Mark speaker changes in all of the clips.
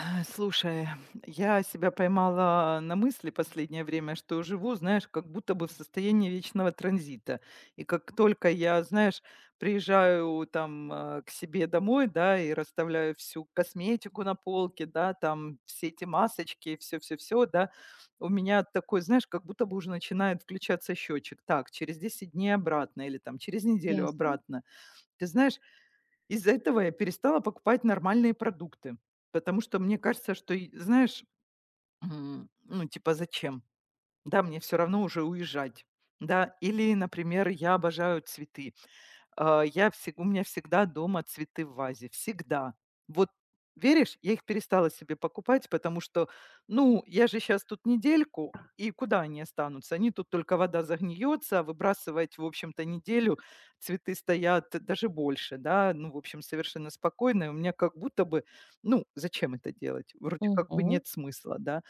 Speaker 1: Слушай, я себя поймала на мысли последнее время, что живу, знаешь, как будто бы в состоянии вечного транзита. И как только я, знаешь, приезжаю там к себе домой, да, и расставляю всю косметику на полке, да, там все эти масочки, все-все-все, да, у меня такой, знаешь, как будто бы уже начинает включаться счетчик. Так, через 10 дней обратно или там через неделю
Speaker 2: Ясно.
Speaker 1: обратно. Ты знаешь, из-за этого я перестала покупать нормальные продукты, потому что мне кажется, что, и знаешь, ну, типа, зачем? Да, мне все равно уже уезжать. Да, или, например, я обожаю цветы. А, я всег У меня всегда дома цветы в вазе, всегда. Вот веришь, я их перестала себе покупать, потому что, ну, я же сейчас тут недельку, и куда они останутся? Они тут только вода загниется, а выбрасывать, в общем-то, неделю цветы стоят даже больше, да, ну, в общем, совершенно спокойно. И у меня как будто бы, ну, зачем это делать? Вроде как бы
Speaker 2: Мгм.
Speaker 1: нет смысла, да.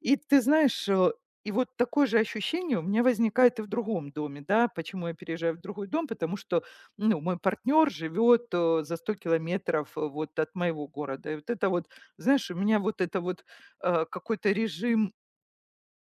Speaker 1: И ты знаешь, и вот такое же ощущение у меня возникает и в другом доме, да. Почему я переезжаю в другой дом? Потому что, ну, мой партнер живет за 100 километров вот от моего города. И вот это вот, знаешь, у меня вот это вот какой-то режим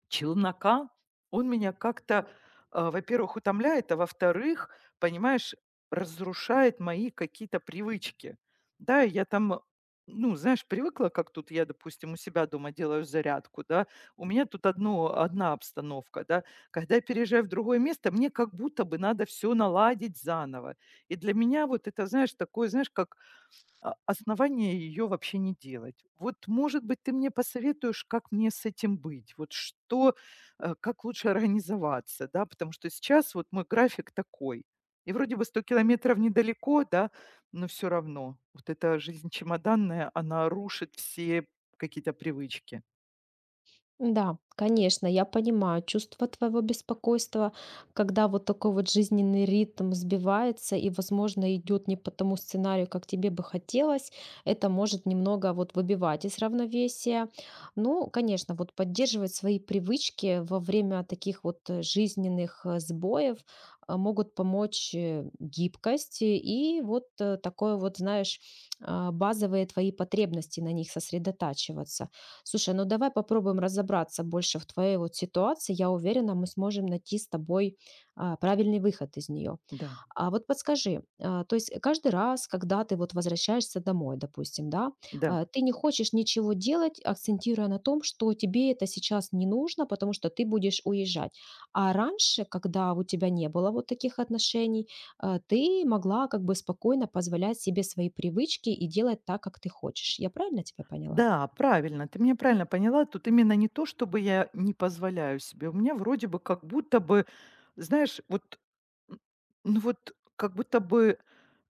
Speaker 1: челнока, он меня как-то, во-первых, утомляет, а во-вторых, понимаешь, разрушает мои какие-то привычки. Да, я там, ну, знаешь, привыкла, как тут я, допустим, у себя дома делаю зарядку, да, у меня тут одна обстановка, да, когда я переезжаю в другое место, мне как будто бы надо все наладить заново. И для меня вот это, знаешь, такое, знаешь, как основания ее вообще не делать. Вот, может быть, ты мне посоветуешь, как мне с этим быть? Вот что, как лучше организоваться, да? Потому что сейчас вот мой график такой. И вроде бы 100 километров недалеко, да, но все равно. Вот эта жизнь чемоданная, она рушит все какие-то привычки.
Speaker 2: Да, конечно, я понимаю чувство твоего беспокойства, когда вот такой вот жизненный ритм сбивается и, возможно, идет не по тому сценарию, как тебе бы хотелось. Это может немного вот выбивать из равновесия. Ну, конечно, вот поддерживать свои привычки во время таких вот жизненных сбоев могут помочь гибкость и вот такое вот, знаешь, а, базовые твои потребности на них сосредотачиваться. Слушай, ну давай попробуем разобраться больше в твоей вот ситуации. Я уверена, мы сможем найти с тобой а, правильный выход из нее.
Speaker 1: Да,
Speaker 2: А вот подскажи, а, то есть каждый раз, когда ты вот возвращаешься домой, допустим, да,
Speaker 1: да.
Speaker 2: а, ты не хочешь ничего делать, акцентируя на том, что тебе это сейчас не нужно, потому что ты будешь уезжать. А раньше, когда у тебя не было вот таких отношений, а, ты могла как бы спокойно позволять себе свои привычки и делать так, как ты хочешь. Я правильно тебя поняла?
Speaker 1: Да, правильно, ты меня правильно поняла. Тут именно не то, чтобы я не позволяю себе. У меня вроде бы как будто бы, знаешь, вот, м, ну вот как будто бы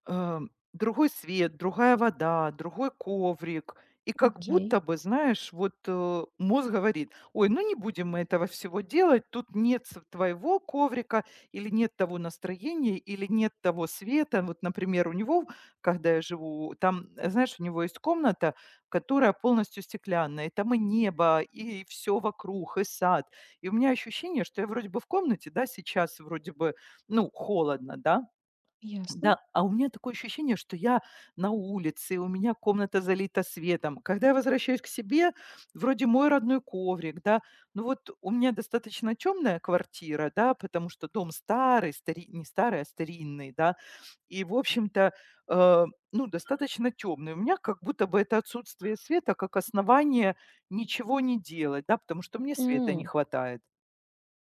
Speaker 1: э, другой свет, другая вода, другой коврик. И как
Speaker 2: Окей.
Speaker 1: будто бы, знаешь, вот мозг говорит, ой, ну не будем мы этого всего делать, тут нет твоего коврика, или нет того настроения, или нет того света. Вот, например, у него, когда я живу, там, знаешь, у него есть комната, которая полностью стеклянная. И там и небо, и все вокруг, и сад. И у меня ощущение, что я вроде бы в комнате, да, сейчас вроде бы, ну, холодно, да,
Speaker 2: Ясно.
Speaker 1: да, а у меня такое ощущение, что я на улице, у меня комната залита светом. Когда я возвращаюсь к себе, вроде мой родной коврик, да, ну вот у меня достаточно темная квартира, да, потому что дом не старый, а старинный, да, и, в общем-то, э, ну, достаточно темный. У меня как будто бы это отсутствие света как основание ничего не делать, да, потому что мне света не
Speaker 2: М.
Speaker 1: хватает.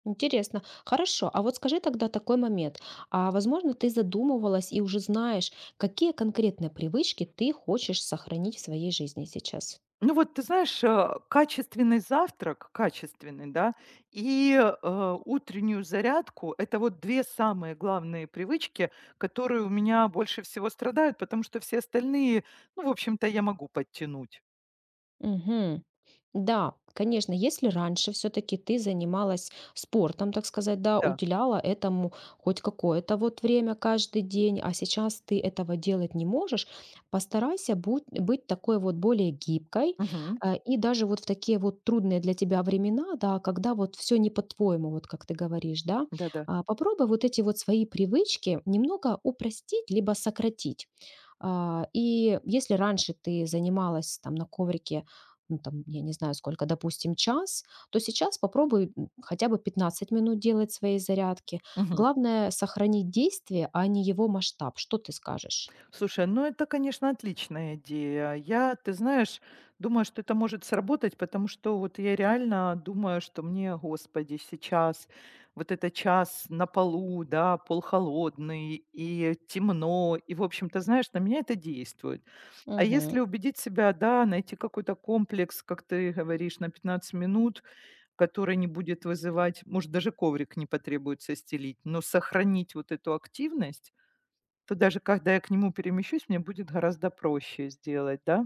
Speaker 2: Интересно. Хорошо. А вот скажи тогда такой момент. А возможно, ты задумывалась и уже знаешь, какие конкретные привычки ты хочешь сохранить в своей жизни сейчас?
Speaker 1: Ну вот, ты знаешь, качественный завтрак, качественный, да, и, утреннюю зарядку- это вот 2 самые главные привычки, которые у меня больше всего страдают, потому что все остальные, ну, в общем-то, я могу подтянуть.
Speaker 2: Мгм. Да, конечно, если раньше все-таки ты занималась спортом, так сказать, да,
Speaker 1: Да.
Speaker 2: уделяла этому хоть какое-то вот время каждый день, а сейчас ты этого делать не можешь, постарайся быть такой вот более гибкой
Speaker 1: Мгм.
Speaker 2: и даже вот в такие вот трудные для тебя времена, да, когда вот все не по-твоему, вот как ты говоришь, да,
Speaker 1: Да-да.
Speaker 2: а, попробуй вот эти вот свои привычки немного упростить, либо сократить. А, и если раньше ты занималась там на коврике, ну, там, я не знаю сколько, допустим, час, то сейчас попробуй хотя бы 15 минут делать свои зарядки. Главное сохранить действие, а не его масштаб. Что ты скажешь?
Speaker 1: Слушай, ну это, конечно, отличная идея. Я, ты знаешь, думаю, что это может сработать, потому что вот я реально думаю, что мне, господи, сейчас вот это час на полу, да, полхолодный, и темно, и, в общем-то, знаешь, на меня это действует. А если
Speaker 2: Мгм.
Speaker 1: убедить себя, да, найти какой-то комплекс, как ты говоришь, на 15 минут, который не будет вызывать, может, даже коврик не потребуется стелить, но сохранить вот эту активность, то даже когда я к нему перемещусь, мне будет гораздо проще сделать, да?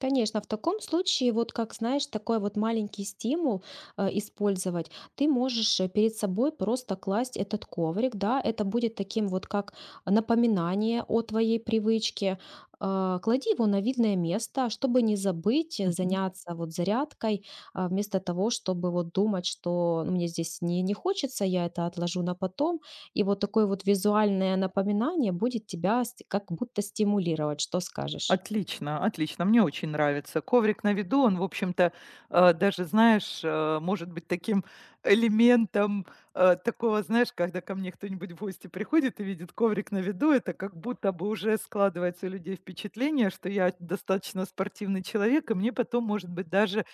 Speaker 2: Конечно, в таком случае, вот как знаешь, такой вот маленький стимул использовать, ты можешь перед собой просто класть этот коврик, да, это будет таким вот как напоминание о твоей привычке. А, клади его на видное место, чтобы не забыть заняться вот зарядкой, а, вместо того, чтобы вот думать, что «Ну, мне здесь не хочется, я это отложу на потом». И вот такое вот визуальное напоминание будет тебя как будто стимулировать. Что скажешь?
Speaker 1: Отлично, отлично, мне очень нравится. Коврик на виду, он, в общем-то, даже, знаешь, может быть таким элементом, такого, знаешь, когда ко мне кто-нибудь в гости приходит и видит коврик на виду, это как будто бы уже складывается у людей впечатление, что я достаточно спортивный человек, и мне потом, может быть, даже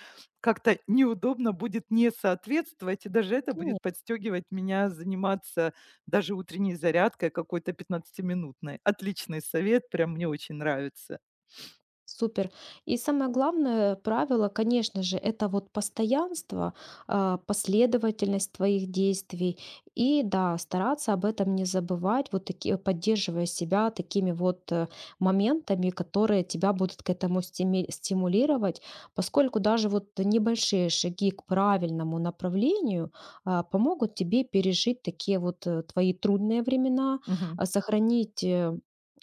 Speaker 1: как-то неудобно будет не соответствовать, и даже это будет подстегивать меня заниматься даже утренней зарядкой какой-то 15-минутной. Отличный совет, прям мне очень нравится.
Speaker 2: Супер. И самое главное правило, конечно же, это вот постоянство, а, последовательность твоих действий. И да, стараться об этом не забывать, вот такие, поддерживая себя такими вот моментами, которые тебя будут к этому стимулировать, поскольку даже вот небольшие шаги к правильному направлению а, помогут тебе пережить такие вот твои трудные времена,
Speaker 1: Мгм.
Speaker 2: а, сохранить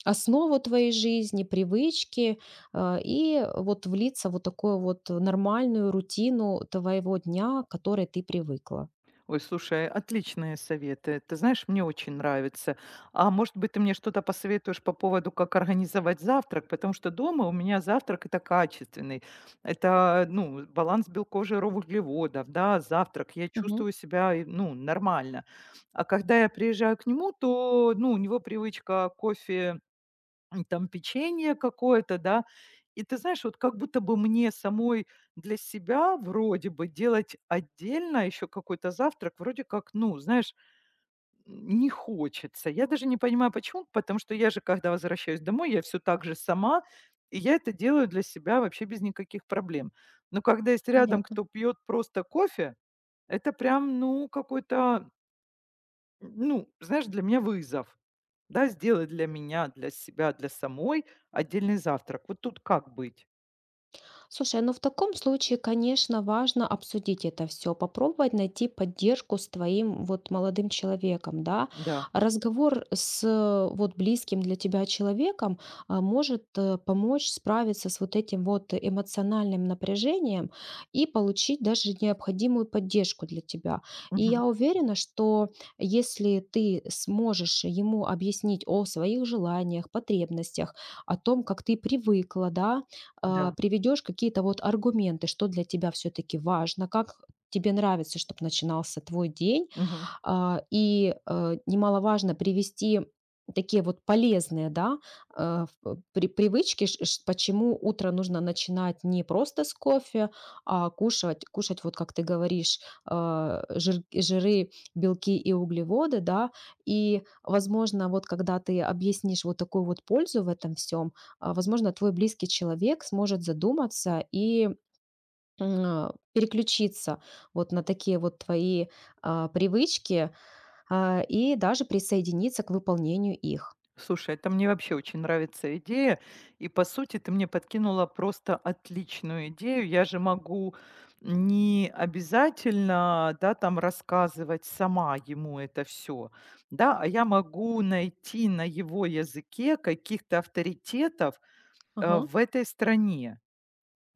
Speaker 2: основу твоей жизни, привычки. Э, и вот влиться в вот такую вот нормальную рутину твоего дня, к которой ты привыкла.
Speaker 1: Ой, слушай, отличные советы. Ты знаешь, мне очень нравится. А может быть, ты мне что-то посоветуешь по поводу, как организовать завтрак, потому что дома у меня завтрак это качественный. Это, ну, баланс белков, жиров, углеводов, да, завтрак. Я
Speaker 2: Мгм.
Speaker 1: чувствую себя, и, ну, нормально. А когда я приезжаю к нему, то, ну, у него привычка кофе там печенье какое-то, да. И ты знаешь, вот как будто бы мне самой для себя вроде бы делать отдельно еще какой-то завтрак, вроде как, ну, знаешь, не хочется. Я даже не понимаю, почему, потому что я же, когда возвращаюсь домой, я все так же сама, и я это делаю для себя вообще без никаких проблем. Но когда есть рядом
Speaker 2: Понятно.
Speaker 1: кто пьет просто кофе, это прям, ну, какой-то, ну, знаешь, для меня вызов. Да, сделай для меня, для себя, для самой отдельный завтрак. Вот тут как быть?
Speaker 2: Слушай, ну в таком случае, конечно, важно обсудить это все, попробовать найти поддержку с твоим вот молодым человеком, да.
Speaker 1: Да.
Speaker 2: Разговор с вот близким для тебя человеком а, может помочь справиться с вот этим вот эмоциональным напряжением и получить даже необходимую поддержку для тебя. И
Speaker 1: Мгм.
Speaker 2: я уверена, что если ты сможешь ему объяснить о своих желаниях, потребностях, о том, как ты привыкла, да, а,
Speaker 1: Да.
Speaker 2: приведешь какие-то вот аргументы, что для тебя все-таки важно, как тебе нравится, чтобы начинался твой день,
Speaker 1: Мгм.
Speaker 2: а, и, э, немаловажно привести такие вот полезные, да, э, в при привычки, ш ш почему утро нужно начинать не просто с кофе, а кушать, вот как ты говоришь, жиры, белки и углеводы, да. И, возможно, вот когда ты объяснишь вот такую вот пользу в этом всем, возможно, твой близкий человек сможет задуматься и переключиться вот на такие вот твои а, привычки а, и даже присоединиться к выполнению их.
Speaker 1: Слушай, это мне вообще очень нравится идея. И по сути ты мне подкинула просто отличную идею. Я же могу не обязательно, да, там рассказывать сама ему это все, да, а я могу найти на его языке каких-то авторитетов,
Speaker 2: Ага.
Speaker 1: в этой стране.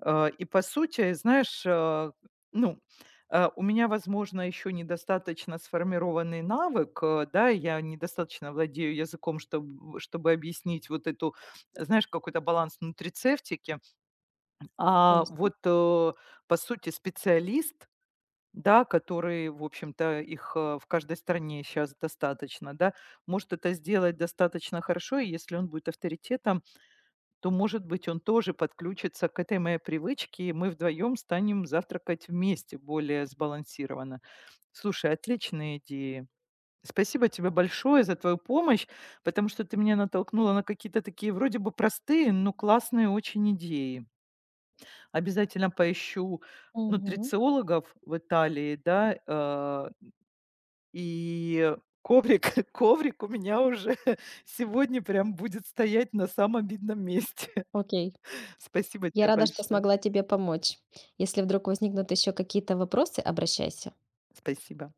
Speaker 1: И по сути, знаешь, ну, у меня, возможно, еще недостаточно сформированный навык, да, я недостаточно владею языком, чтобы объяснить вот эту, знаешь, какой-то баланс нутрицептики. А
Speaker 2: Ясно.
Speaker 1: вот, по сути, специалист, да, который, в общем-то, их в каждой стране сейчас достаточно, да, может это сделать достаточно хорошо, и если он будет авторитетом, то, может быть, он тоже подключится к этой моей привычке, и мы вдвоем станем завтракать вместе более сбалансированно. Слушай, отличные идеи. Спасибо тебе большое за твою помощь, потому что ты меня натолкнула на какие-то такие вроде бы простые, но классные очень идеи. Обязательно поищу
Speaker 2: Мгм.
Speaker 1: нутрициологов в Италии, да, и коврик, коврик у меня уже сегодня прям будет стоять на самом видном месте.
Speaker 2: Окей.
Speaker 1: Спасибо
Speaker 2: Я
Speaker 1: тебе
Speaker 2: рада, что
Speaker 1: большое.
Speaker 2: смогла тебе помочь. Если вдруг возникнут еще какие-то вопросы, обращайся.
Speaker 1: Спасибо.